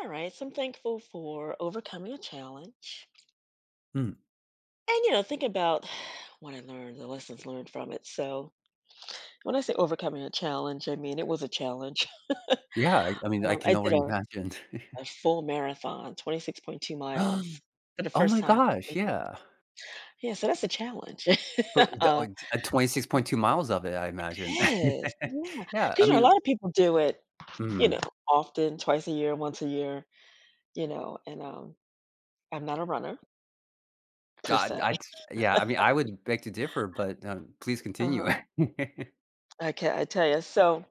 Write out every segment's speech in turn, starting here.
All right, so I'm thankful for overcoming a challenge. Mm. And, you know, think about what I learned, the lessons learned from it. So, when I say overcoming a challenge, I mean it was a challenge. Yeah, I mean, I can I did already a, imagine. a full marathon, 26.2 miles for the Oh first my time. gosh, yeah. Yeah, so that's a challenge. For the uh, 26.2 miles of it, I imagine. yes, yeah. Because, Yeah, I you know, a mean lot of people do it, you know, mm, often, twice a year, once a year, you know, and I'm not a runner per God, se. I mean, I would beg to differ, but, please continue. Uh-huh. Can I tell you? So,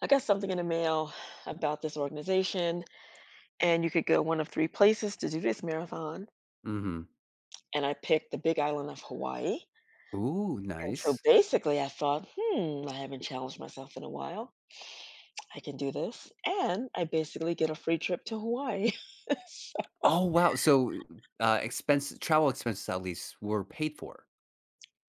I got something in the mail about this organization, and you could go one of three places to do this marathon. Mhm. And I picked the big island of Hawaii. Ooh, And nice. so basically, I thought, I haven't challenged myself in a while. I can do this. And I basically get a free trip to Hawaii. So- Oh, wow, so, expense travel expenses at least were paid for,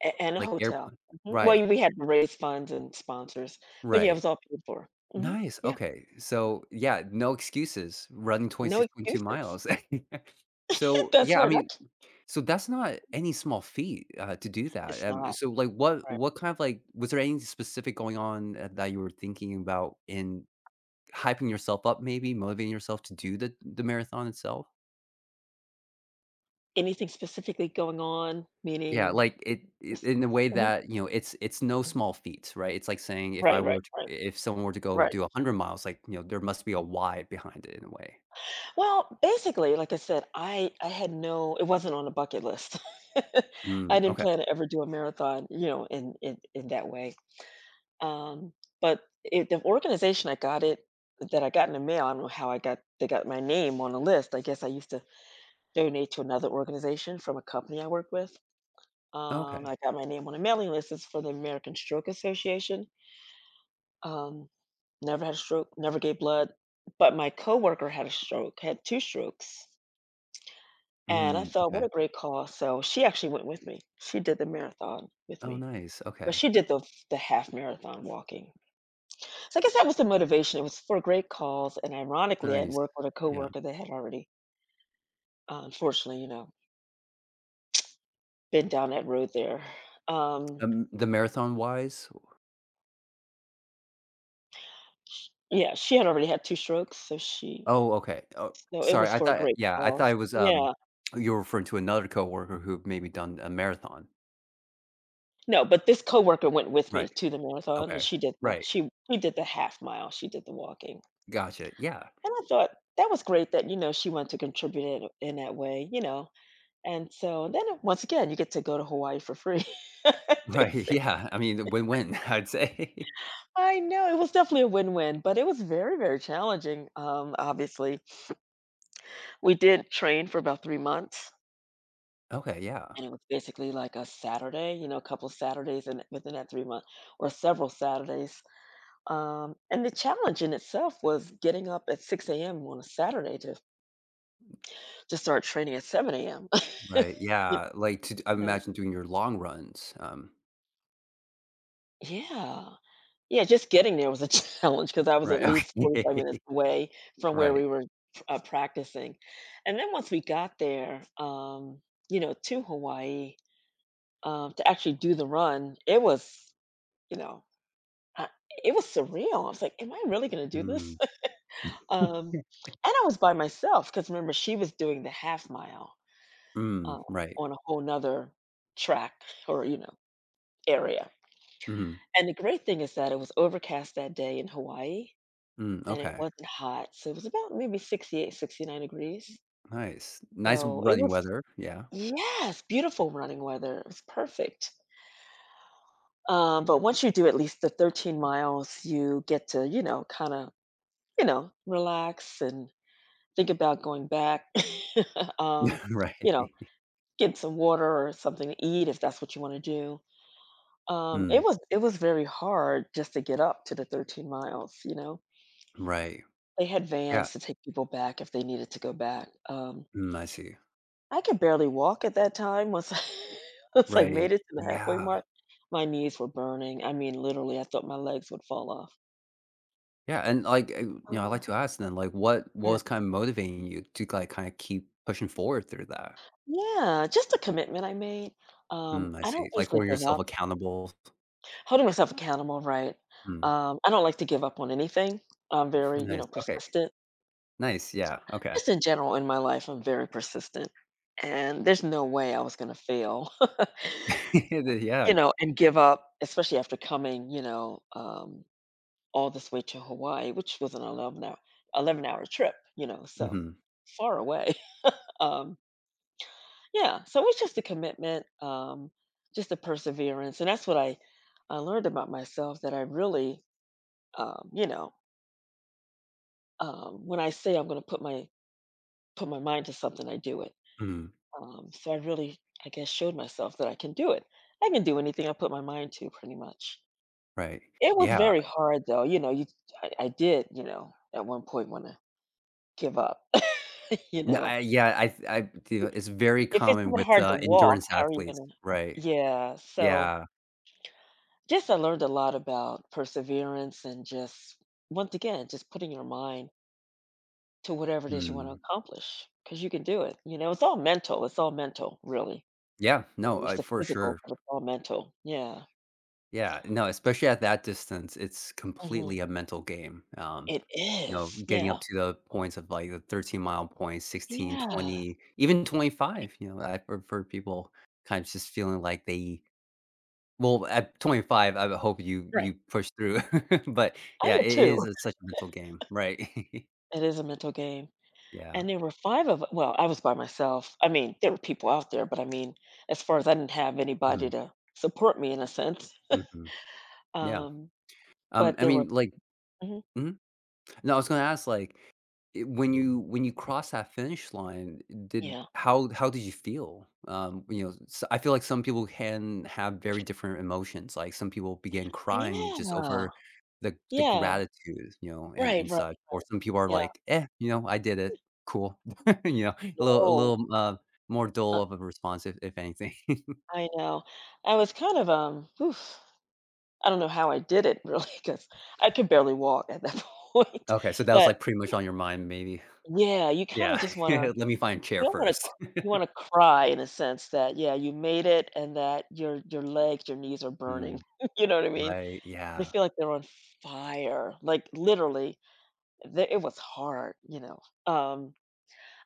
and a like hotel. airplane. Mhm. Right, Well, we had to raise funds and sponsors, but yeah, it right. was all paid for. Hmm, Nice, yeah, okay. So, yeah, no excuses running no 26.2 excuses. miles. So, That's yeah, I right. mean, so that's not any small feat, to do that, It's not so, like, what right. what kind of, was there anything specific going on, that you were thinking about in hyping yourself up maybe, motivating yourself to do the marathon itself? Anything specifically going on, Yeah, meaning? like, it in a way that, you know, it's no small feat, right? It's like saying if I Right, right, were to right, if someone were to go right. do 100 miles, like, you know, there must be a why behind it in a way. Well, basically, like I said, I had no, it wasn't on a bucket list. I Mm, didn't okay. plan to ever do a marathon, you know, in that way. Um, but the organization I got it that I got in the mail, I don't know how I got they got my name on the list. I guess I used to donate to another organization from a company I work with. I Okay. got my name on a mailing list. It's for the American Stroke Association. Um, Never had a stroke, never gave blood, but my coworker had a stroke, had two strokes. And I Mm, thought, "What okay. a great call." So she actually went with me. She did the marathon with Oh, me, nice, but okay. she did the half marathon walking. So I guess that was the motivation. It was for a great cause, and ironically, I had Nice. worked with a Yeah. coworker that had already, unfortunately, you know, been down that road there. Um, The marathon wise? yeah, she had already had 2 strokes, Oh, okay. Oh, so it sorry. was for a great I cause. thought it was, Yeah. you were referring to another coworker who maybe done a marathon. No, but this coworker went with me Right. to the marathon, and Okay. she did the Right. she she did the half mile, she did the walking. Gotcha. Yeah. And I thought that was great that, you know, she wanted to contribute in that way, you know. And so then once again, you get to go to Hawaii for free. Right. Basic. Yeah. I mean, win-win, I'd say. I know it was definitely a win-win, but it was very, very challenging. Obviously, we did train for about 3 months, Okay. Yeah. and it was basically like a Saturday, you know, a couple Saturdays, and within that 3 months, or several Saturdays. And the challenge in itself was getting up at 6 a.m. on a Saturday to start training at 7 a.m. Right. you Yeah. Like, to I know. imagine doing your long runs. Yeah. Yeah, just getting there was a challenge because I was at Right. least Okay. 45 minutes away from where Right. we were, practicing. And then once we got there, you know, to Hawaii, to actually do the run, it was, you know, I it was surreal. I was like, "Am I really gonna do this?" Mm. And I was by myself because remember she was doing the half mile, Mm. uh, Right. on a whole 'nother track or, you know, area. Mhm. And the great thing is that it was overcast that day in Hawaii Mm. and it Okay. wasn't hot, so it was about maybe 68, 69 degrees. Nice. Nice So it running was, weather. Yeah. yes, beautiful running weather, it was perfect. But once you do at least the 13 miles, you get to, you know, kinda, you know, relax and think about going back. Um, you know, Right. get some water or something to eat if that's what you wanna do. It Mm. was it was very hard just to get up to the 13 miles, you know? Right. They had Yeah. vans to take people back if they needed to go back. Mm, I see. I could barely walk at that time once I once I Right. made it to the halfway Yeah. mark. My knees were burning. I mean, literally, I thought my legs would fall off. Yeah, and, like, you know, I Ugh. like to ask then, like, what Yeah. was kinda motivating you to, like, kinda keep pushing forward through that? Yeah, just a commitment I made. Mm, I I don't see. Like, easily holding give yourself up. accountable. Holding myself accountable, right? Mm, I don't like to give up on anything. I'm very, you nice. know, Okay. persistent. Nice, yeah, okay. Just in general in my life, I'm very persistent, and there's no way I was gonna fail, Yeah. you know, and give up, especially after coming, you know, all this way to Hawaii, which was an 11 hour 11-hour trip, you know, so Mhm, far away. Um, yeah, so it's just a commitment, just a perseverance, and that's what I learned about myself, that I really, you know, when I say I'm going to put my mind to something, I do it. mhm, So I really, I guess, showed myself that I can do it. I can do anything I put my mind to, pretty much. right. It was Yeah. very hard, though. You know, I did, you know, at one point want to give up, you No, know, I yeah, I you know, it's very if it's common even with, hard to walk, endurance how are you athletes, gonna. right. Yeah, so Yeah. just I learned a lot about perseverance and just, once again, just putting your mind to whatever it is you wanna Mm. accomplish, accomplish because you can do it, you know? It's all mental, really. Yeah, I no, mean, it's I the for physical, sure. but it's all mental. Yeah. Yeah, no, especially at that distance, it's Mhm. completely a mental game, It you know, is. getting Yeah. up to the points of, like, the 13-mile points, 16, Yeah. 20, even I 25, you know, I've heard for people kind of just feeling like they well, at 25, I would hope Right. you push through, but, I yeah, would it is too. it's such a mental game, right? It is a mental game. Yeah. And there were 5 of well, I was by myself. I mean, there were people out there, but I mean, as far as I didn't have anybody Mhm, to support me in a sense. mhm, yeah, Um, but I there were. mean, like Mhm, mhm. No, I was gonna ask, like, it when you cross that finish line, did yeah. How did you feel? You know, s I feel like some people can have very different emotions, like, some people began crying just Yeah. over the Yeah. gratitude, you know, Right, and right. such, or some people are Yeah. like, "Eh, you know, I did it, cool." You know, a No. little, more Uh, dull of a response if anything. I know. I was kind of, oof, I don't know how I did it really, because I could barely walk at that point. Okay, so that was, But like, pretty much on your mind maybe. yeah, Yeah, "Let me find chair You don't wanna first." you wanna cry in a sense that, yeah, you made it, and that your legs, your knees are burning, Mm, you know what I mean? right, They yeah. feel like they're on fire, like, literally, the it was hard, you know? Um,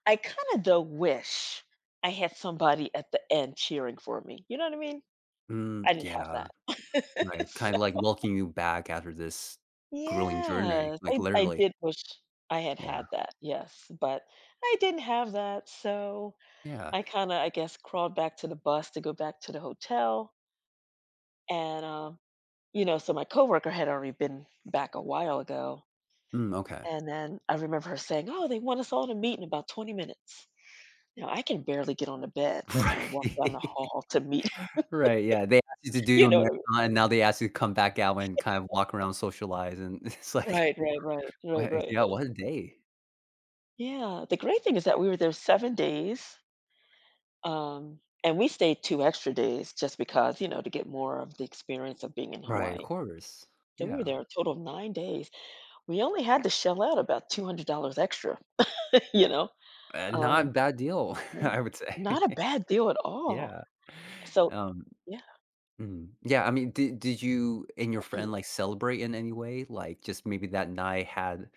I kinda, though, wish I had somebody at the end cheering for me, you know what I mean? Mm, I didn't have yeah. that. Right, kind So of like welcoming you back after this grueling journey, yes, like, I literally. did wish I had Yeah, had that, yes, but I didn't have that, so yeah. I kinda, I guess, crawled back to the bus to go back to the hotel, and, you know, so my coworker had already been back a while ago, Mm, okay. and then I remember her saying, "Oh, they want us all to meet in about 20 minutes." Now, I can barely get on the bed, let alone walk down the Right. hall to meet. Right, yeah, they asked you to do You a know what I mean? marathon, and now they ask you to come back out and kind of walk around, socialize, and it's like, Right, right, right, right, right, what yeah, right. what a day. Yeah, the great thing is that we were there 7 days, and we stayed 2 extra days just because, you know, to get more of the experience of being in Right, of Hawaii. course. So we were Yeah, there a total of 9 days. We only had to shell out about $200 extra, you know? Not a Um, bad deal, yeah. I would Not a say. bad deal at all. Yeah. So Um, yeah. mm, yeah, I mean, did you and your friend, like, celebrate in any way? Like, just maybe that night had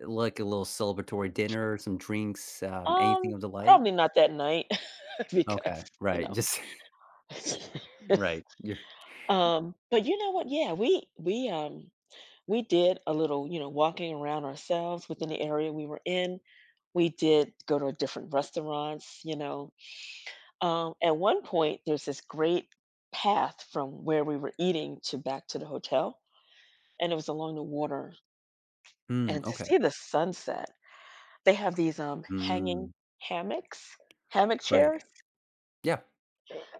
like a little celebratory dinner, some drinks, anything Um, of the like? Probably not that night, because, Okay, you right, know. just right, you're But you know what? Yeah, we did a little, you know, walking around ourselves within the area we were in. We did go to different restaurants, you know. At one point, there's this great path from where we were eating to back to the hotel, and it was along the water, mm, and to okay, see the sunset, they have these, hanging mm, hammocks, hammock right, chairs, yeah,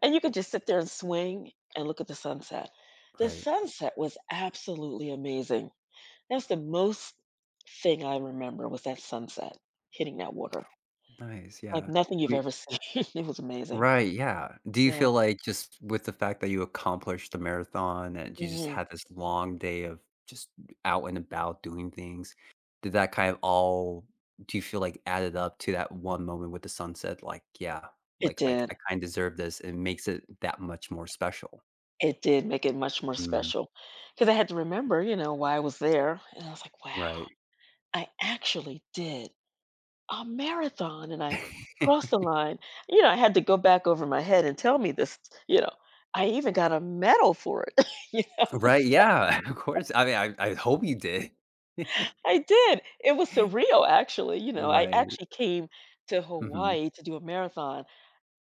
and you could just sit there and swing and look at the sunset. The right, sunset was absolutely amazing. That's the most thing I remember, was that sunset hitting that water, nice, like yeah, nothing you've we ever seen. It was amazing. right, yeah, do you So. feel like just with the fact that you accomplished the marathon and you just Mhm. had this long day of just out and about doing things, did that kind of all do you feel like added up to that one moment with the sunset, like, "Yeah, It like, did. I kinda deserve this," and it makes it that much more special? It did make it much more Mm, special, because I had to remember, you know, why I was there, and I was like, "Wow, right. I actually did a marathon, and I crossed the line. You know, I had to go back over my head and tell me this, you know. I even got a medal for it." You know. Right, yeah, of course, I mean, I hope you did. I did. It was surreal, actually, you know, I Right, actually came to mhm, Hawaii to do a marathon.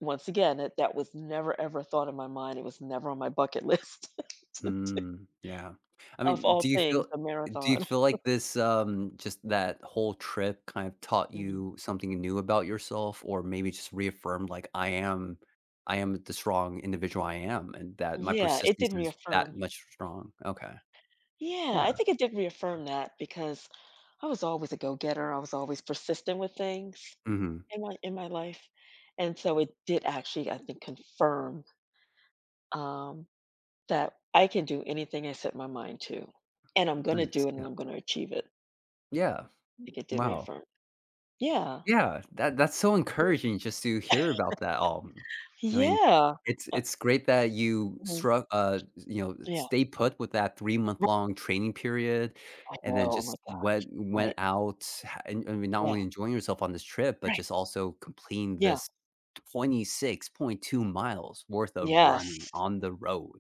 Once again, that was never, ever thought in my mind. It was never on my bucket list, to do, mm, yeah. I of mean, all things, a do you marathon. feel like this, just that whole trip kind of taught Mhm. you something new about yourself or maybe just reaffirmed, like, "I am the strong individual I am and that my Yeah, it did persistence is reaffirm. that much strong." Okay, Yeah, I yeah, think it did reaffirm that, because I was always a go-getter. I was always persistent with things mhm, in my life. And so it did actually, I think, confirm, um, that I can do anything I set my mind to, and I'm going to nice, do it, and yeah. I'm going to achieve it. I Yeah, think it did wow. reaffirm. Yeah, Yeah, that that's so encouraging just to hear about that all. I mean, yeah, uh, it's great that you mhm, struck you know, yeah. stay put with that Right. three-month-long training period I know. and then Oh my just God. Went Right. out ha and I mean, not Yeah. only enjoying yourself on this trip, but Right. just also completing Yeah. this 26.2 miles worth of Yes. running on the road,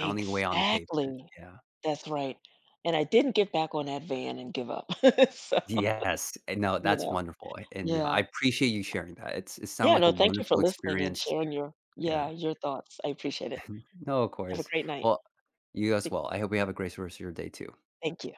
pounding away on the pavement, yeah. That's right. And I didn't get back on that van and give up. So, Yes, and no, you that's know, wonderful, and, you know, I yeah. appreciate you sharing that. It's it sound Yeah, like no, a thank you for wonderful listening and experience, sharing your yeah, yeah. your thoughts. I appreciate it. No, of Have a course. great night. Well, you as Thank well. I hope you have a great rest of your day too. thank you.